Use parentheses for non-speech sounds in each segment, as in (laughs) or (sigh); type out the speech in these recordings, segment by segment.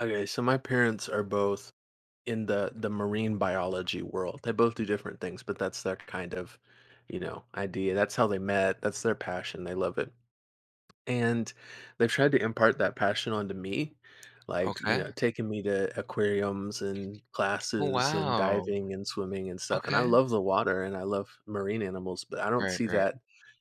Okay, so my parents are both in the marine biology world. They both do different things, but that's their kind of, idea. That's how they met. That's their passion. They love it. And they've tried to impart that passion onto me, like, Okay. Taking me to aquariums and Oh, classes and wow. diving and swimming and stuff, and I Okay. love the water and I love marine animals, but I don't Right, see right. that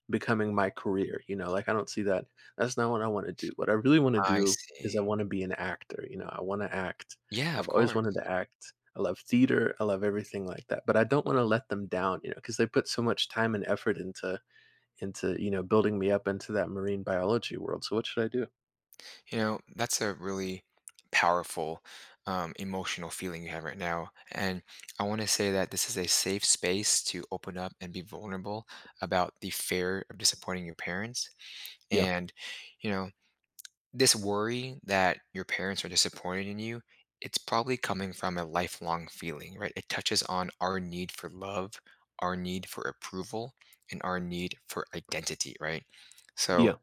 becoming my career, I don't see that's not what I wanna do. What I really wanna I do is I see. wanna be an actor, I wanna act. Yeah, of I've always course. wanted to act. I love theater, I love everything like that, but I don't wanna let them down, because they put so much time and effort into building me up into that marine biology world. So what should I do? You know, that's a really powerful emotional feeling you have right now. And I want to say that this is a safe space to open up and be vulnerable about the fear of disappointing your parents. Yeah. And, you know, this worry that your parents are disappointed in you, it's probably coming from a lifelong feeling, right? It touches on our need for love, our need for approval, and our need for identity, right? Mm. So, Yeah.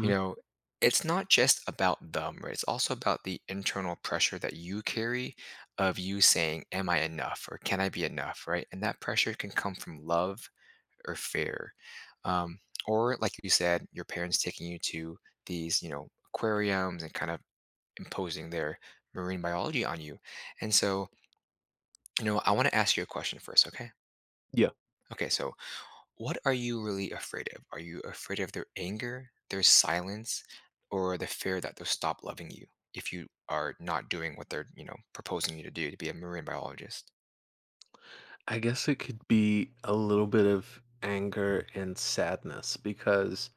you know, it's not just about them, right? It's also about the internal pressure that you carry of you saying, am I enough? Or can I be enough? Right. And that pressure can come from love, or fair. Um, or like you said, your parents taking you to these, you know, aquariums and kind of imposing their marine biology on you. And so, you know, I want to ask you a question first, okay? Yeah. Okay, so what are you really afraid of? Are you afraid of their anger, their silence, or the fear that they'll stop loving you if you are not doing what they're, you know, proposing you to do to be a marine biologist? I guess it could be a little bit of anger and sadness because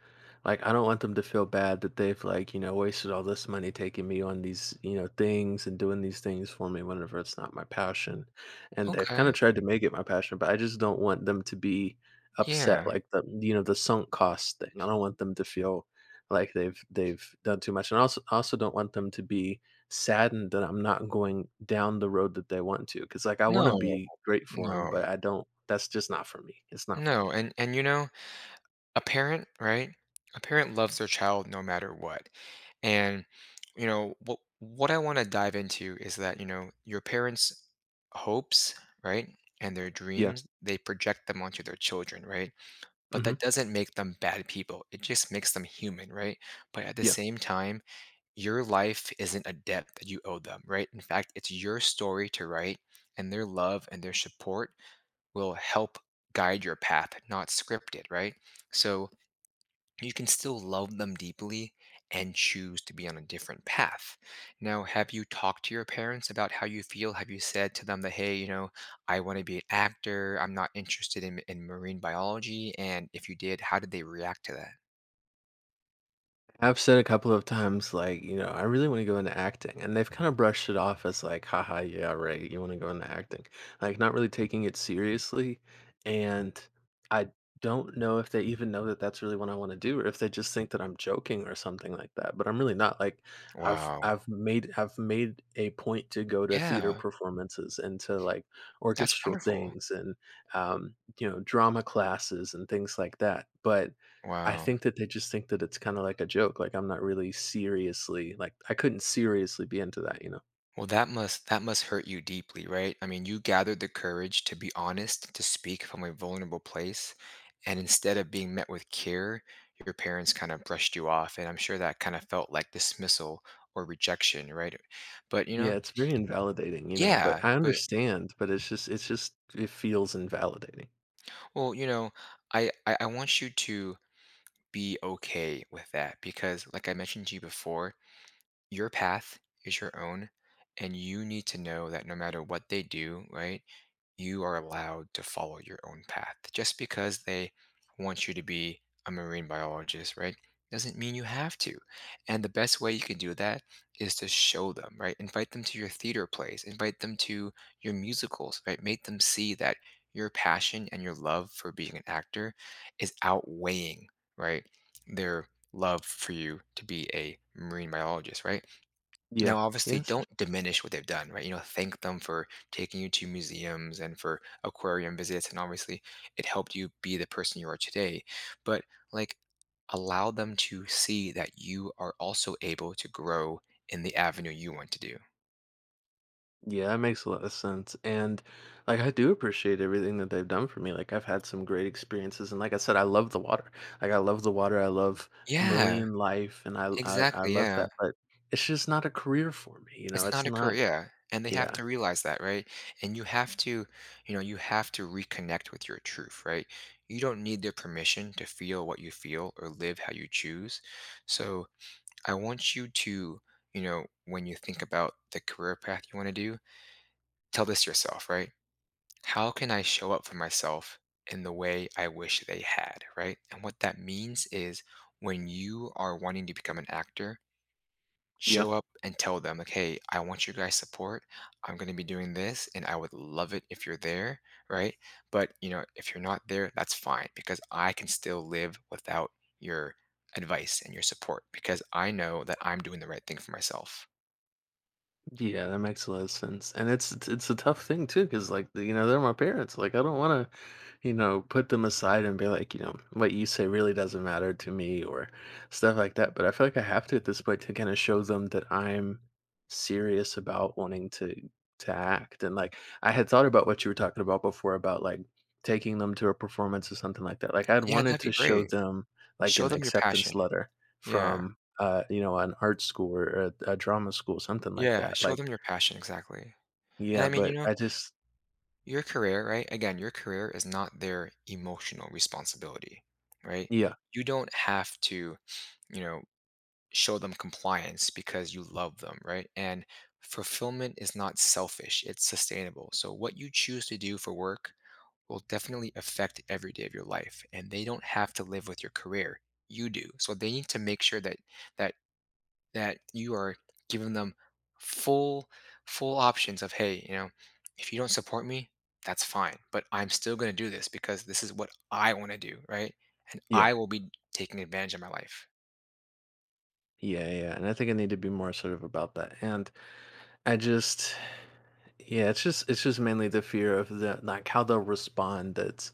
like I don't want them to feel bad that they've like, wasted all this money taking me on these, things and doing these things for me whenever it's not my passion. And they've kind of Okay. tried to make it my passion, but I just don't want them to be upset Yeah. like the sunk cost thing. I don't want them to feel like they've done too much. And also don't want them to be saddened that I'm not going down the road that they want to, because like, I wanna No. be great for them, No. but I don't, that's just not for me. It's not for No. me. And you know, a parent, right? A parent loves their child no matter what. And you know, what I want to dive into is that, you know, your parents' hopes, right? And their Yeah. dreams, they project them onto their children, right? But Mhm. that doesn't make them bad people. It just makes them human, right? But at the Yeah. same time, your life isn't a debt that you owe them, right? In fact, it's your story to write, and their love and their support will help guide your path, not script it, right? So, you can still love them deeply and choose to be on a different path. Now, have you talked to your parents about how you feel? Have you said to them that, hey, you know, I want to be an actor. I'm not interested in marine biology? And if you did, how did they react to that? I've said a couple of times, like, I really want to go into acting. And they've kind of brushed it off as, like, haha, yeah, right. You want to go into acting. Like, not really taking it seriously. And I don't know if they even know that that's really what I want to do or if they just think that I'm joking or something like that. But I'm really not. Like, I've, Wow. I've made, I've made a point to go to theater Yeah. performances and to like That's orchestral wonderful. things and, you know, drama classes and things like that. But I Wow. think that they just think that it's kinda like a joke, like, I'm not really seriously like, I couldn't seriously be into that, you know? Well, that must hurt you deeply, right? I mean, you gathered the courage to be honest, to speak from a vulnerable place, and instead of being met with care, your parents kind of brushed you off, and I'm sure that kind of felt like dismissal or rejection, right? But you Yeah, know, it's very invalidating, you know, but yeah, I but understand, but it's just it feels invalidating. well, you know, I want you to be okay with that because, like I mentioned to you before, your path is your own, and you need to know that no matter what they do, right? You are allowed to follow your own path. Just because they want you to be a marine biologist, right, doesn't mean you have to. And the best way you can do that is to show them, right? Invite them to your theater plays, invite them to your musicals, right? Make them see that your passion and your love for being an actor is outweighing, right, their love for you to be a marine biologist, right? Yeah. Now, obviously, Yes. don't diminish what they've done, right? You know, thank them for taking you to museums and for aquarium visits. And obviously, it helped you be the person you are today. But like, allow them to see that you are also able to grow in the avenue you want to do. Yeah, that makes a lot of sense, and, like, I do appreciate everything that they've done for me, like, I've had some great experiences, and like I said, I love the water. Like, I love the water, I love Yeah, marine life, and I exactly. love Yeah. that, but it's just not a career for me, you know? It's It's not a not. career. Yeah. And they have Yeah. to realize that, right? And you have to, you know, you have to reconnect with your truth, right? You don't need their permission to feel what you feel or live how you choose. So, I want you to, you know, when you think about the career path you want to do, tell this to yourself, right? How can I show up for myself in the way I wish they had, right? And what that means is when you are wanting to become an actor, Yeah. show up and tell them like, hey, I want your guys support. I'm going to be doing this and I would love it if you're there, right? But you know, if you're not there, that's fine because I can still live without your advice and your support because I know that I'm doing the right thing for myself. Yeah, that makes a lot of sense, and it's a tough thing too, because like you know they're my parents. Like I don't want to, put them aside and be like, what you say really doesn't matter to me or stuff like that. But I feel like I have to at this point to kind of show them that I'm serious about wanting to act. And like I had thought about what you were talking about before about like taking them to a performance or something like that. Like I'd Yeah, wanted that'd to be show great. them like Show an them your passion. acceptance letter Yeah. from you know, an art school or a drama school, something like Yeah that. Show Like, them your passion, exactly. And I yeah, mean, you but know, I just, your career, right? Again, your career is not their emotional responsibility, right? yeah, You don't have to, you know, show them compliance because you love them, right? And fulfillment is not selfish, it's sustainable. So, what you choose to do for work will definitely affect every day of your life, and they don't have to live with your career, you do. So they need to make sure that that that you are giving them full full options of, hey, you know, if you don't support me, that's fine, but I'm still going to do this because this is what I want to do, right? And yeah, I will be taking advantage of my life. Yeah. And I think I need to be more assertive about that. And I just, yeah, it's just mainly the fear of the, like, how they'll respond that's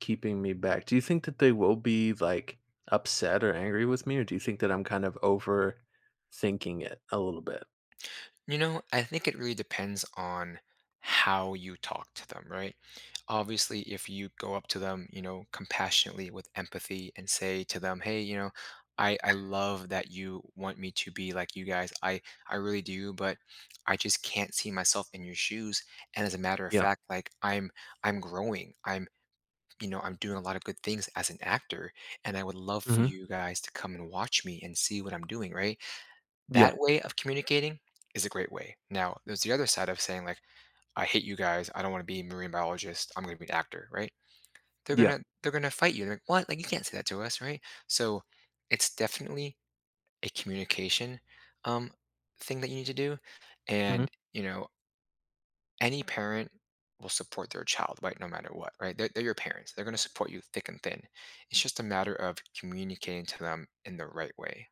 keeping me back. Do you think that they will be like upset or angry with me? Or do you think that I'm kind of overthinking it a little bit? You know, I think it really depends on how you talk to them, right? Obviously, if you go up to them, you know, compassionately with empathy and say to them, "Hey, you know, I love that you want me to be like you guys. I really do, but I just can't see myself in your shoes. And as a matter of Yeah. fact, like I'm growing. I'm you know, I'm doing a lot of good things as an actor, and I would love for Hmm. you guys to come and watch me and see what I'm doing, right?" Yeah. That way of communicating is a great way. Now, there's the other side of saying like, "I hate you guys. I don't want to be a marine biologist. I'm going to be an actor," right? They're Yeah. gonna they're gonna fight you. They're like, "What? Like you can't say that to us, right?" So it's definitely a communication um, thing that you need to do, Yeah. and you know, any parent will support their child, right? No matter what, right? They're your parents. They're gonna support you thick and thin. It's just a matter of communicating to them in the right way.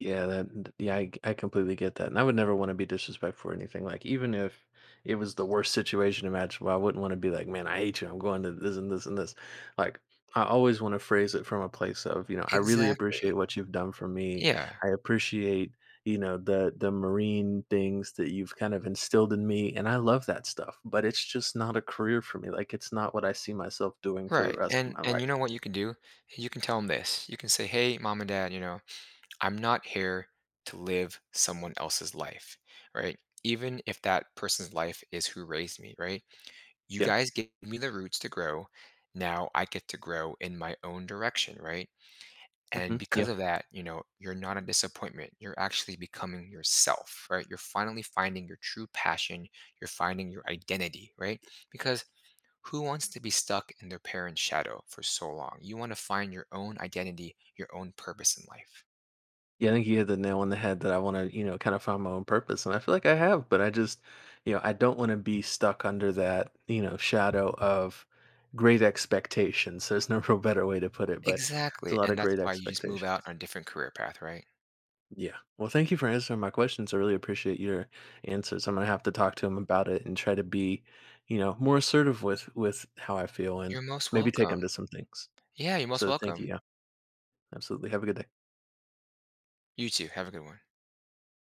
Yeah, that, yeah, I completely get that, and I would never wanna be disrespectful or anything, like, even if it was the worst situation imaginable, I wouldn't wanna be like, "Man, I hate you, I'm going to this and this and this." Like, I always wanna phrase it from a place of, you know, "I really appreciate Exactly. what you've done for me. Yeah. I appreciate, you know, the marine things that you've kind of instilled in me, and I love that stuff, but it's just not a career for me, like, it's not what I see myself doing for the Right. rest of my And you life." know what you can do? You can tell them this. You can say, "Hey, mom and dad, you know, I'm not here to live someone else's life." Right? Even if that person's life is who raised me, right? You Yeah, guys gave me the roots to grow. Now I get to grow in my own direction, right? And mhm, yeah. because of that, you know, you're not a disappointment. You're actually becoming yourself, right? You're finally finding your true passion. You're finding your identity, right? Because who wants to be stuck in their parents' shadow for so long? You want to find your own identity, your own purpose in life. Yeah, I think you hit the nail on the head that I want to, you know, kind of find my own purpose. And I feel like I have, but I just, you know, I don't want to be stuck under that, you know, shadow of great expectations. There's no (laughs) real better way to put it, but there's a Exactly. lot of And that's great why you just move out expectations. on a different career path, right? Yeah. Well, thank you for answering my questions. I really appreciate your answers. I'm going to have to talk to him about it and try to be, you know, more assertive with how I feel and You're most maybe take welcome. him to some things. Yeah, you're most So thank you. welcome. Yeah. Absolutely. Have a good day. You too. Have a good one.